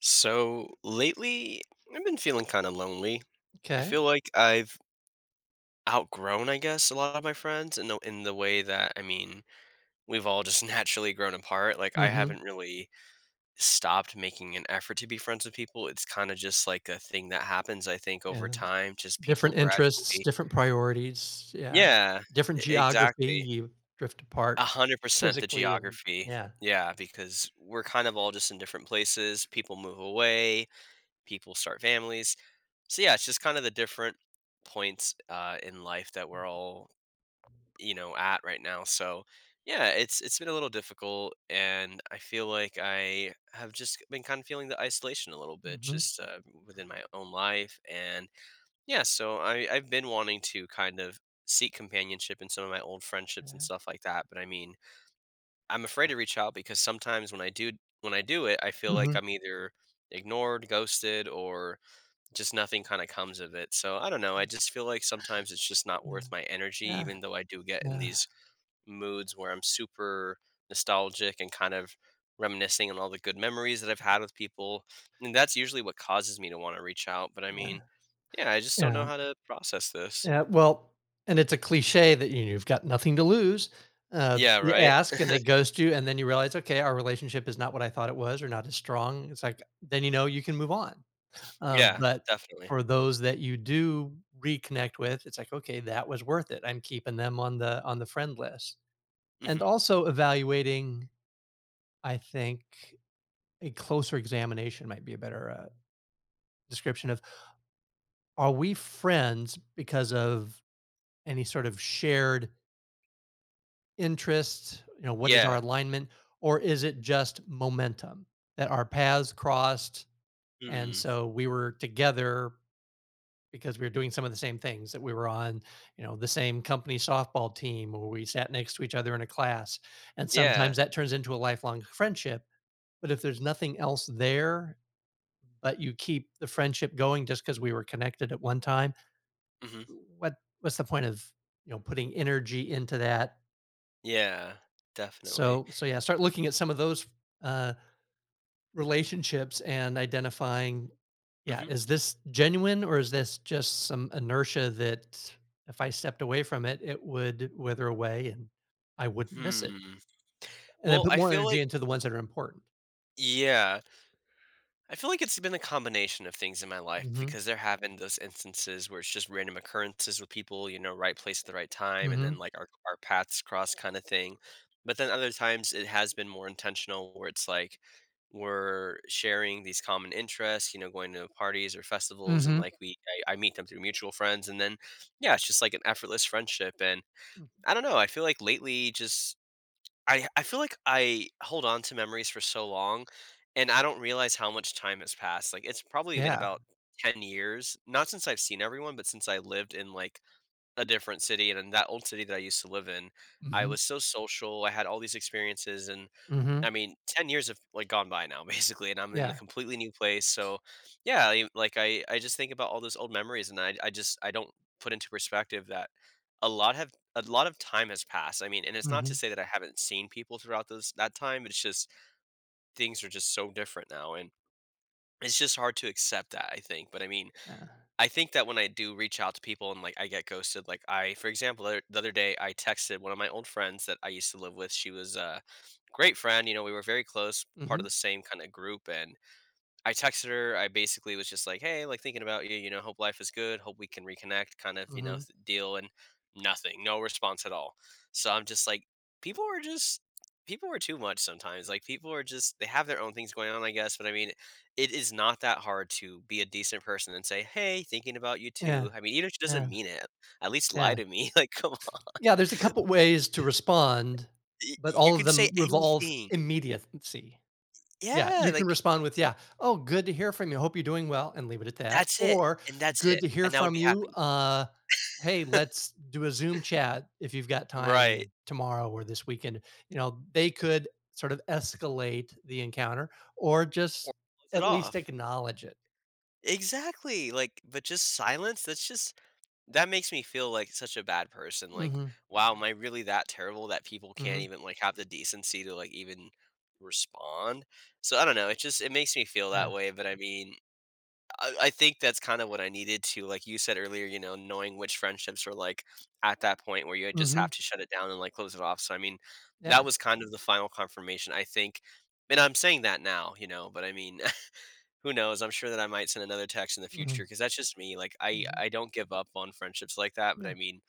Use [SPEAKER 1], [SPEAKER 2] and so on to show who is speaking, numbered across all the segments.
[SPEAKER 1] So lately, I've been feeling kind of lonely. I
[SPEAKER 2] 'Kay.
[SPEAKER 1] feel like I've outgrown, I guess, a lot of my friends in the way that I mean, we've all just naturally grown apart. Like I
[SPEAKER 2] Mhm.
[SPEAKER 1] haven't really stopped making an effort to be friends with people. It's kind of just like a thing that happens, I think, over
[SPEAKER 2] Yeah.
[SPEAKER 1] time. Just people
[SPEAKER 2] Different interests,
[SPEAKER 1] gradually.
[SPEAKER 2] different priorities. Yeah.
[SPEAKER 1] Yeah,
[SPEAKER 2] Different geography.
[SPEAKER 1] exactly.
[SPEAKER 2] You drift
[SPEAKER 1] A
[SPEAKER 2] apart
[SPEAKER 1] hundred percent the
[SPEAKER 2] physically and
[SPEAKER 1] geography.
[SPEAKER 2] yeah.
[SPEAKER 1] Yeah, because we're kind of all just in different places. People move away. People start families so yeah, it's just kind of the different points in life that we're all you know at right now. So yeah, it's been a little difficult, and I feel like I have just been kind of feeling the isolation a little bit,
[SPEAKER 2] Mhm.
[SPEAKER 1] just within my own life, and yeah. So I've been wanting to kind of seek companionship in some of my old friendships and
[SPEAKER 2] Yeah.
[SPEAKER 1] stuff like that, but I mean, I'm afraid to reach out because sometimes when I do it, I feel like
[SPEAKER 2] Mhm.
[SPEAKER 1] I'm either ignored, ghosted, or just nothing kinda comes of it, so I don't know, I just feel like sometimes it's just not
[SPEAKER 2] Yeah.
[SPEAKER 1] worth my energy
[SPEAKER 2] Yeah.
[SPEAKER 1] even though I do get in
[SPEAKER 2] Yeah.
[SPEAKER 1] these moods where I'm super nostalgic and kind of reminiscing on all the good memories that I've had with people, and that's usually what causes me to wanna reach out, but I
[SPEAKER 2] Yeah.
[SPEAKER 1] mean, yeah, I just don't know
[SPEAKER 2] Yeah.
[SPEAKER 1] how to process this.
[SPEAKER 2] Yeah. Well, and it's a cliche that, you've got nothing to lose.
[SPEAKER 1] Yeah,
[SPEAKER 2] You
[SPEAKER 1] right?
[SPEAKER 2] ask and they ghost you, and then you realize, okay, our relationship is not what I thought it was or not as strong. It's like, then you know you can move on.
[SPEAKER 1] Yeah,
[SPEAKER 2] But
[SPEAKER 1] definitely.
[SPEAKER 2] for those that you do reconnect with, it's like, "Okay, that was worth it." I'm keeping them on the friend list. And
[SPEAKER 1] Mhm.
[SPEAKER 2] also evaluating, I think a closer examination might be a better, description of, are we friends because of any sort of shared interest? You know, what is our
[SPEAKER 1] Yeah.
[SPEAKER 2] alignment? Or is it just momentum that our paths crossed, and
[SPEAKER 1] Mm.
[SPEAKER 2] so we were together because we were doing some of the same things that we were on, you know, the same company softball team or we sat next to each other in a class. And
[SPEAKER 1] Yeah.
[SPEAKER 2] sometimes that turns into a lifelong friendship. But if there's nothing else there, but you keep the friendship going just because we were connected at one time,
[SPEAKER 1] Mhm.
[SPEAKER 2] what what's the point of putting energy into that?
[SPEAKER 1] Yeah, definitely.
[SPEAKER 2] So yeah, start looking at some of those uh, relationships and identifying, yeah,
[SPEAKER 1] Mhm.
[SPEAKER 2] is this genuine or is this just some inertia that if I stepped away from it, it would wither away and I wouldn't miss it?
[SPEAKER 1] Hmm.
[SPEAKER 2] And then
[SPEAKER 1] Well,
[SPEAKER 2] put
[SPEAKER 1] I
[SPEAKER 2] more
[SPEAKER 1] feel
[SPEAKER 2] energy
[SPEAKER 1] like
[SPEAKER 2] into the ones that are important.
[SPEAKER 1] Yeah. I feel like it's been a combination of things in my life
[SPEAKER 2] Mhm.
[SPEAKER 1] because there have been those instances where it's just random occurrences with people, you know, right place at the right time, and then
[SPEAKER 2] Mhm.
[SPEAKER 1] like our paths cross kind of thing. But then other times it has been more intentional where it's like we're sharing these common interests, you know, going to parties or festivals, and
[SPEAKER 2] Mhm.
[SPEAKER 1] like we I meet them through mutual friends, and then yeah, it's just like an effortless friendship. And
[SPEAKER 2] Mm.
[SPEAKER 1] I don't know, I feel like lately just I feel like I hold on to memories for so long, and I don't realize how much time has passed. Like it's probably been
[SPEAKER 2] Yeah.
[SPEAKER 1] about 10 years, not since I've seen everyone, but since I lived in like a different city and in that old city that I used to live in, I
[SPEAKER 2] Mhm.
[SPEAKER 1] was so social. I had all these experiences and I
[SPEAKER 2] Mhm.
[SPEAKER 1] mean, 10 years have, like, gone by now basically, and I'm in a
[SPEAKER 2] Yeah.
[SPEAKER 1] completely new place, so, yeah, I like, I just think about all those old memories, and I just I don't put into perspective that a lot of time has passed, I mean, and it's not to
[SPEAKER 2] Mhm.
[SPEAKER 1] say that I haven't seen people throughout those that time, it's just things are just so different now, and it's just hard to accept that, I think, but, I mean,
[SPEAKER 2] Yeah.
[SPEAKER 1] I think that when I do reach out to people and like I get ghosted, like I, for example, the other day I texted one of my old friends that I used to live with. She was a great friend, you know, we were very close, part of
[SPEAKER 2] Mhm.
[SPEAKER 1] the same kind of group, and I texted her. I basically was just like, "Hey, like thinking about you. You know, hope life is good. Hope we can reconnect." Kind of, you know,
[SPEAKER 2] Mhm.
[SPEAKER 1] deal and nothing, no response at all. So I'm just like, people are just, people are too much sometimes. Like people are just they have their own things going on, I guess. But I mean, it is not that hard to be a decent person and say, "Hey, thinking about you too."
[SPEAKER 2] Yeah.
[SPEAKER 1] I mean, even if she doesn't
[SPEAKER 2] Yeah.
[SPEAKER 1] mean it, at least lie
[SPEAKER 2] Yeah.
[SPEAKER 1] to me. Like, come on,
[SPEAKER 2] Yeah, there's a couple ways to respond, but
[SPEAKER 1] You
[SPEAKER 2] all of
[SPEAKER 1] could say
[SPEAKER 2] them revolve
[SPEAKER 1] anything.
[SPEAKER 2] immediacy. Yeah,
[SPEAKER 1] Yeah,
[SPEAKER 2] you can
[SPEAKER 1] like
[SPEAKER 2] respond with, "Yeah, oh, good to hear from you. Hope you're doing well," and leave it at that.
[SPEAKER 1] that's it,
[SPEAKER 2] Or,
[SPEAKER 1] and that's
[SPEAKER 2] "Good
[SPEAKER 1] it,
[SPEAKER 2] to hear
[SPEAKER 1] and I would
[SPEAKER 2] from
[SPEAKER 1] be
[SPEAKER 2] you.
[SPEAKER 1] happy.
[SPEAKER 2] Hey, let's do a Zoom chat if you've got
[SPEAKER 1] Right.
[SPEAKER 2] time tomorrow or this weekend." You know, they could sort of escalate the encounter or
[SPEAKER 1] Or
[SPEAKER 2] just
[SPEAKER 1] close it
[SPEAKER 2] at least
[SPEAKER 1] off.
[SPEAKER 2] acknowledge it.
[SPEAKER 1] Exactly, like, but just silence, that's just that makes me feel like such a bad person, like,
[SPEAKER 2] Mhm,
[SPEAKER 1] wow, am I really that terrible that people can't
[SPEAKER 2] mhm,
[SPEAKER 1] even, like, have the decency to, like, even respond? So, I don't know, it just it makes me feel
[SPEAKER 2] yeah,
[SPEAKER 1] that way, but I mean, I think that's kind of what I needed to like you said earlier, you know, knowing which friendships were, like, at that point where you just
[SPEAKER 2] mhm,
[SPEAKER 1] have to shut it down and, like, close it off, so, I mean,
[SPEAKER 2] yeah,
[SPEAKER 1] that was kind of the final confirmation, I think, and I'm saying that now, you know, but I mean who knows? I'm sure that I might send another text in the
[SPEAKER 2] mhm,
[SPEAKER 1] future because that's just me. Like I,
[SPEAKER 2] mhm,
[SPEAKER 1] I don't give up on friendships like that. But
[SPEAKER 2] yeah,
[SPEAKER 1] I mean,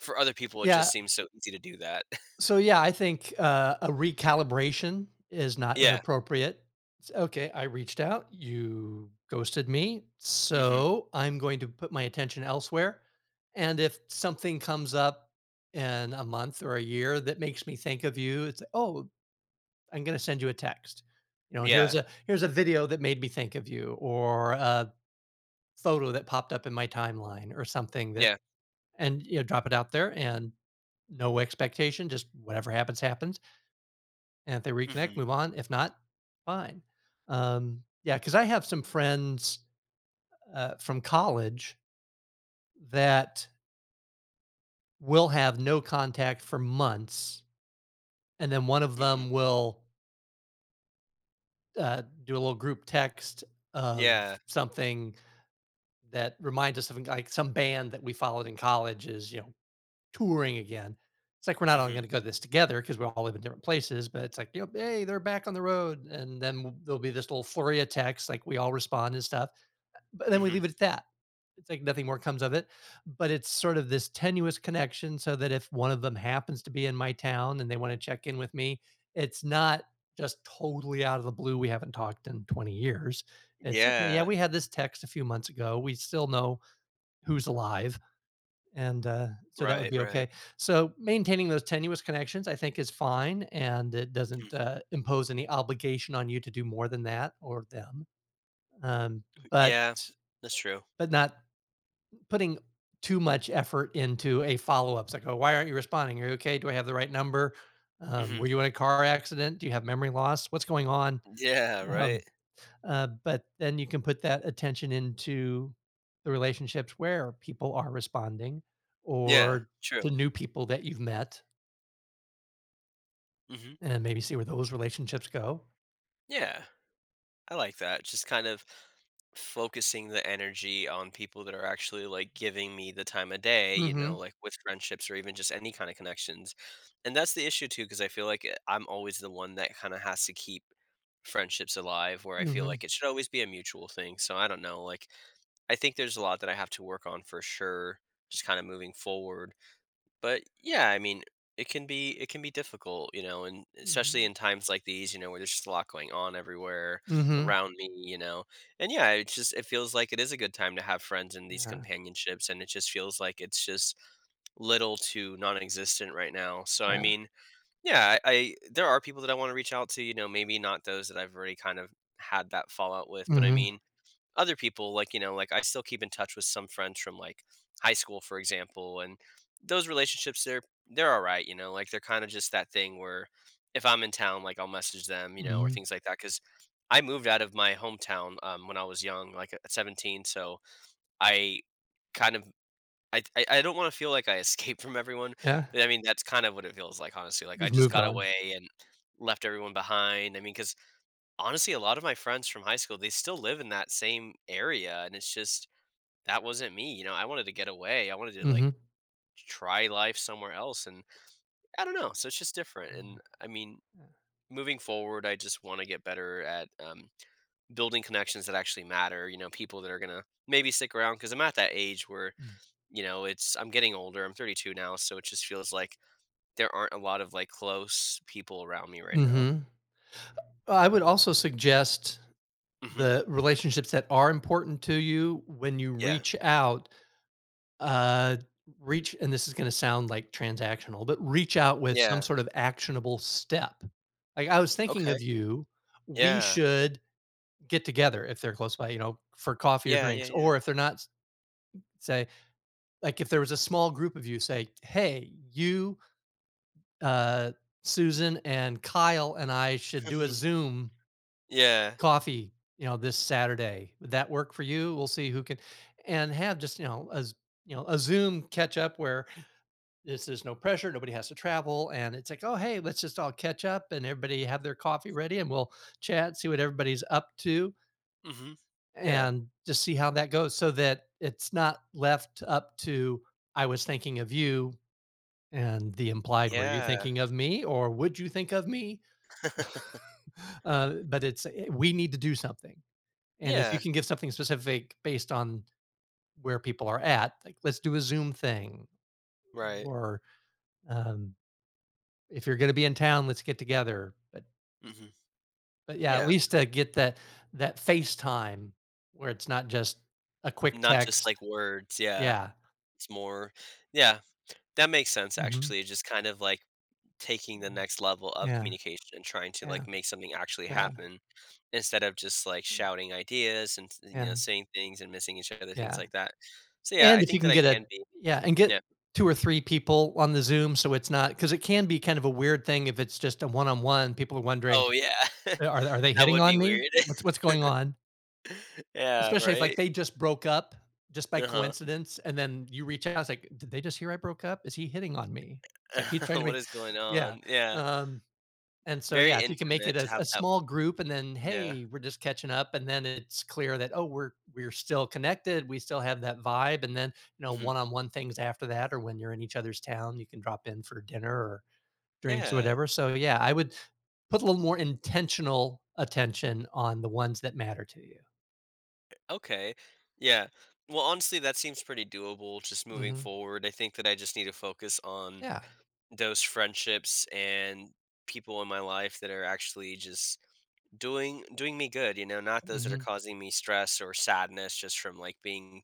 [SPEAKER 1] for other people, it just
[SPEAKER 2] yeah.
[SPEAKER 1] seems so easy to do that.
[SPEAKER 2] So, yeah, I think, a recalibration is not
[SPEAKER 1] Yeah.
[SPEAKER 2] inappropriate. It's, "Okay, I reached out, you ghosted me,
[SPEAKER 1] Hmm.
[SPEAKER 2] so I'm going to put my attention elsewhere, and if something comes up in a month or a year that makes me think of you, it's oh, I 'Oh, I'm gonna send you a text.' You know, here's
[SPEAKER 1] Yeah.
[SPEAKER 2] a video that made me think of you,' or a photo that popped up in my timeline or something that"
[SPEAKER 1] Yeah.
[SPEAKER 2] and, you know, drop it out there and no expectation, just whatever happens, happens. And if they
[SPEAKER 1] Hmm.
[SPEAKER 2] reconnect, move on. If not, fine. Yeah, because I have some friends from college that will have no contact for months, and then one of
[SPEAKER 1] Hmm.
[SPEAKER 2] them will do a little group text of
[SPEAKER 1] Yeah.
[SPEAKER 2] something that reminds us of like some band that we followed in college is touring again. It's like we're not all going to
[SPEAKER 1] Hmm.
[SPEAKER 2] go to this together because we all live in different places, but it's like hey, they're back on the road, and then there'll be this little flurry of texts like we all respond and stuff. But then we
[SPEAKER 1] Hmm.
[SPEAKER 2] leave it at that. It's like nothing more comes of it, but it's sort of this tenuous connection so that if one of them happens to be in my town and they want to check in with me, it's not just totally out of the blue. We haven't talked in 20 years. It's okay. Yeah,
[SPEAKER 1] Yeah.
[SPEAKER 2] we had this text a few months ago. We still know who's alive. And so that would
[SPEAKER 1] Right.
[SPEAKER 2] be
[SPEAKER 1] Right.
[SPEAKER 2] okay. So maintaining those tenuous connections, I think, is fine. And it
[SPEAKER 1] Mhm.
[SPEAKER 2] doesn't impose any obligation on you to do more than that or them. Um, but
[SPEAKER 1] Yeah. That's true.
[SPEAKER 2] but not putting too much effort into a follow-up. It's like, "Oh, why aren't you responding? Are you okay? Do I have the right number?
[SPEAKER 1] Hmm.
[SPEAKER 2] Were you in a car accident? Do you have memory loss? What's going on?"
[SPEAKER 1] Yeah.
[SPEAKER 2] Um,
[SPEAKER 1] Right.
[SPEAKER 2] but then you can put that attention into the relationships where people are responding
[SPEAKER 1] Yeah.
[SPEAKER 2] or
[SPEAKER 1] True.
[SPEAKER 2] to new people that you've met
[SPEAKER 1] Hmm.
[SPEAKER 2] and maybe see where those relationships go.
[SPEAKER 1] Yeah. I like that. Just kind of focusing the energy on people that are actually like giving me the time of day, you know,
[SPEAKER 2] Mhm,
[SPEAKER 1] like with friendships or even just any kind of connections. And that's the issue too, because I feel like I'm always the one that kind of has to keep friendships alive, where I feel
[SPEAKER 2] mhm,
[SPEAKER 1] like it should always be a mutual thing. So I don't know. Like, I think there's a lot that I have to work on for sure, just kind of moving forward but yeah, I mean, it can be difficult, you know, and especially
[SPEAKER 2] mhm,
[SPEAKER 1] in times like these, you know, where there's just a lot going on everywhere
[SPEAKER 2] mhm.
[SPEAKER 1] around me, you know. And yeah, it just it feels like it is a good time to have friends in these
[SPEAKER 2] Yeah,
[SPEAKER 1] companionships and it just feels like it's just little to non-existent right now. So I
[SPEAKER 2] yeah.
[SPEAKER 1] mean, yeah, I there are people that I want to reach out to, you know, maybe not those that I've already kind of had that fallout with, but I
[SPEAKER 2] Mhm,
[SPEAKER 1] mean, other people like you know like I still keep in touch with some friends from like high school for example and those relationships they're all right you know like they're kind of just that thing where if I'm in town like I'll message them you know or
[SPEAKER 2] mhm.
[SPEAKER 1] things like that because I moved out of my hometown when I was young like at 17 so I kind of I don't want to feel like I escaped from everyone,
[SPEAKER 2] Yeah.
[SPEAKER 1] but I mean that's kind of what it feels like, honestly. Like I
[SPEAKER 2] You've
[SPEAKER 1] just
[SPEAKER 2] moved
[SPEAKER 1] got
[SPEAKER 2] on.
[SPEAKER 1] away and left everyone behind. I mean, because honestly, a lot of my friends from high school, they still live in that same area, and it's just that wasn't me, you know, I wanted to get away. I wanted to, like,
[SPEAKER 2] Mhm.
[SPEAKER 1] try life somewhere else, and I don't know, so it's just different, and, I mean,
[SPEAKER 2] Yeah.
[SPEAKER 1] moving forward, I just wanna get better at, building connections that actually matter, you know, people that are gonna maybe stick around because 'cause I'm at that age where,
[SPEAKER 2] Mm.
[SPEAKER 1] you know, it's I'm getting older, I'm 32 now, so it just feels like there aren't a lot of, like, close people around me right now.
[SPEAKER 2] Mhm. I would also suggest
[SPEAKER 1] Mhm.
[SPEAKER 2] the relationships that are important to you when you
[SPEAKER 1] Yeah.
[SPEAKER 2] reach out, uh, and this is going to sound like transactional, but reach out with some
[SPEAKER 1] Yeah.
[SPEAKER 2] sort of actionable step. Like I was thinking
[SPEAKER 1] Okay.
[SPEAKER 2] of you, we
[SPEAKER 1] Yeah.
[SPEAKER 2] should get together if they're close by, you know, for coffee or
[SPEAKER 1] Yeah, yeah,
[SPEAKER 2] drinks,
[SPEAKER 1] yeah.
[SPEAKER 2] or if they're not, say, like if there was a small group of you, say, hey, you, uh, Susan and Kyle and I should do a
[SPEAKER 1] Mhm.
[SPEAKER 2] Zoom
[SPEAKER 1] Yeah.
[SPEAKER 2] coffee, you know, this Saturday. Would that work for you? We'll see who can and have just, you know, as you know, a Zoom catch up where this there's no pressure, nobody has to travel. And it's like, oh hey, let's just all catch up and everybody have their coffee ready and we'll chat, see what everybody's up to
[SPEAKER 1] Mhm. Yeah.
[SPEAKER 2] and just see how that goes so that it's not left up to I was thinking of you and the implied were you
[SPEAKER 1] Yeah.
[SPEAKER 2] thinking of me or would you think of me? But we need to do something. And if you
[SPEAKER 1] Yeah.
[SPEAKER 2] can give something specific based on where people are at, like, "Let's do a Zoom thing,"
[SPEAKER 1] Right.
[SPEAKER 2] or, um, "If you're gonna be in town, let's get together." But
[SPEAKER 1] Mhm.
[SPEAKER 2] but, yeah, at
[SPEAKER 1] Yeah.
[SPEAKER 2] least to get that face time where it's not just a quick
[SPEAKER 1] Not just
[SPEAKER 2] text.
[SPEAKER 1] like words. Yeah.
[SPEAKER 2] Yeah.
[SPEAKER 1] It's more. Yeah. That makes sense
[SPEAKER 2] Mhm.
[SPEAKER 1] actually. Just kind of like taking the
[SPEAKER 2] Yeah.
[SPEAKER 1] next level of
[SPEAKER 2] Yeah.
[SPEAKER 1] communication and trying to
[SPEAKER 2] Yeah.
[SPEAKER 1] like make something actually happen instead of just like
[SPEAKER 2] Yeah.
[SPEAKER 1] shouting ideas and you know
[SPEAKER 2] Yeah.
[SPEAKER 1] saying things and missing each other things
[SPEAKER 2] Yeah.
[SPEAKER 1] like that. So yeah,
[SPEAKER 2] And
[SPEAKER 1] I
[SPEAKER 2] if you
[SPEAKER 1] think that
[SPEAKER 2] can
[SPEAKER 1] I
[SPEAKER 2] get a
[SPEAKER 1] can be.
[SPEAKER 2] yeah, and get
[SPEAKER 1] Yeah.
[SPEAKER 2] 2 or 3 people on the Zoom so it's not, because it can be kind of a weird thing if it's just a one-on-one, people are wondering.
[SPEAKER 1] Oh yeah.
[SPEAKER 2] Are they
[SPEAKER 1] That
[SPEAKER 2] hitting
[SPEAKER 1] would
[SPEAKER 2] on
[SPEAKER 1] be
[SPEAKER 2] me?
[SPEAKER 1] weird.
[SPEAKER 2] What's going on?
[SPEAKER 1] Yeah,
[SPEAKER 2] Especially if, like,
[SPEAKER 1] right?
[SPEAKER 2] they just broke up just by
[SPEAKER 1] Uh-huh.
[SPEAKER 2] coincidence, and then you reach out, it's like, "Did they just hear I broke up? Is he hitting on me?" It's like he's trying to
[SPEAKER 1] What
[SPEAKER 2] make.
[SPEAKER 1] is going
[SPEAKER 2] Yeah,
[SPEAKER 1] on? Yeah.
[SPEAKER 2] um, and so,
[SPEAKER 1] Very
[SPEAKER 2] yeah, if you can make it
[SPEAKER 1] intimate to
[SPEAKER 2] a
[SPEAKER 1] have that.
[SPEAKER 2] small group and then,
[SPEAKER 1] Yeah.
[SPEAKER 2] "Hey, we're just catching up," and then it's clear that, "Oh, we're still connected, we still have that vibe," and then, you know,
[SPEAKER 1] Mhm.
[SPEAKER 2] one-on-one things after that or when you're in each other's town, you can drop in for dinner, drinks or
[SPEAKER 1] Yeah,
[SPEAKER 2] whatever, so yeah, I would put a little more intentional attention on the ones that matter to you.
[SPEAKER 1] okay. Yeah. Well, honestly, that seems pretty doable just moving
[SPEAKER 2] Mhm.
[SPEAKER 1] forward. I think that I just need to focus on
[SPEAKER 2] Yeah.
[SPEAKER 1] those friendships and people in my life that are actually just doing me good, you know, not those that are
[SPEAKER 2] Mhm.
[SPEAKER 1] causing me stress or sadness just from, like, being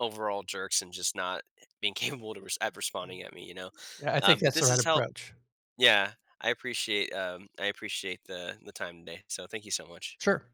[SPEAKER 1] overall jerks and just not being capable to
[SPEAKER 2] Yeah.
[SPEAKER 1] responding at me, you know?
[SPEAKER 2] Yeah, I think
[SPEAKER 1] But
[SPEAKER 2] that's the
[SPEAKER 1] this
[SPEAKER 2] right
[SPEAKER 1] has helped.
[SPEAKER 2] approach.
[SPEAKER 1] Yeah. I appreciate the time today, so thank you so much.
[SPEAKER 2] Sure.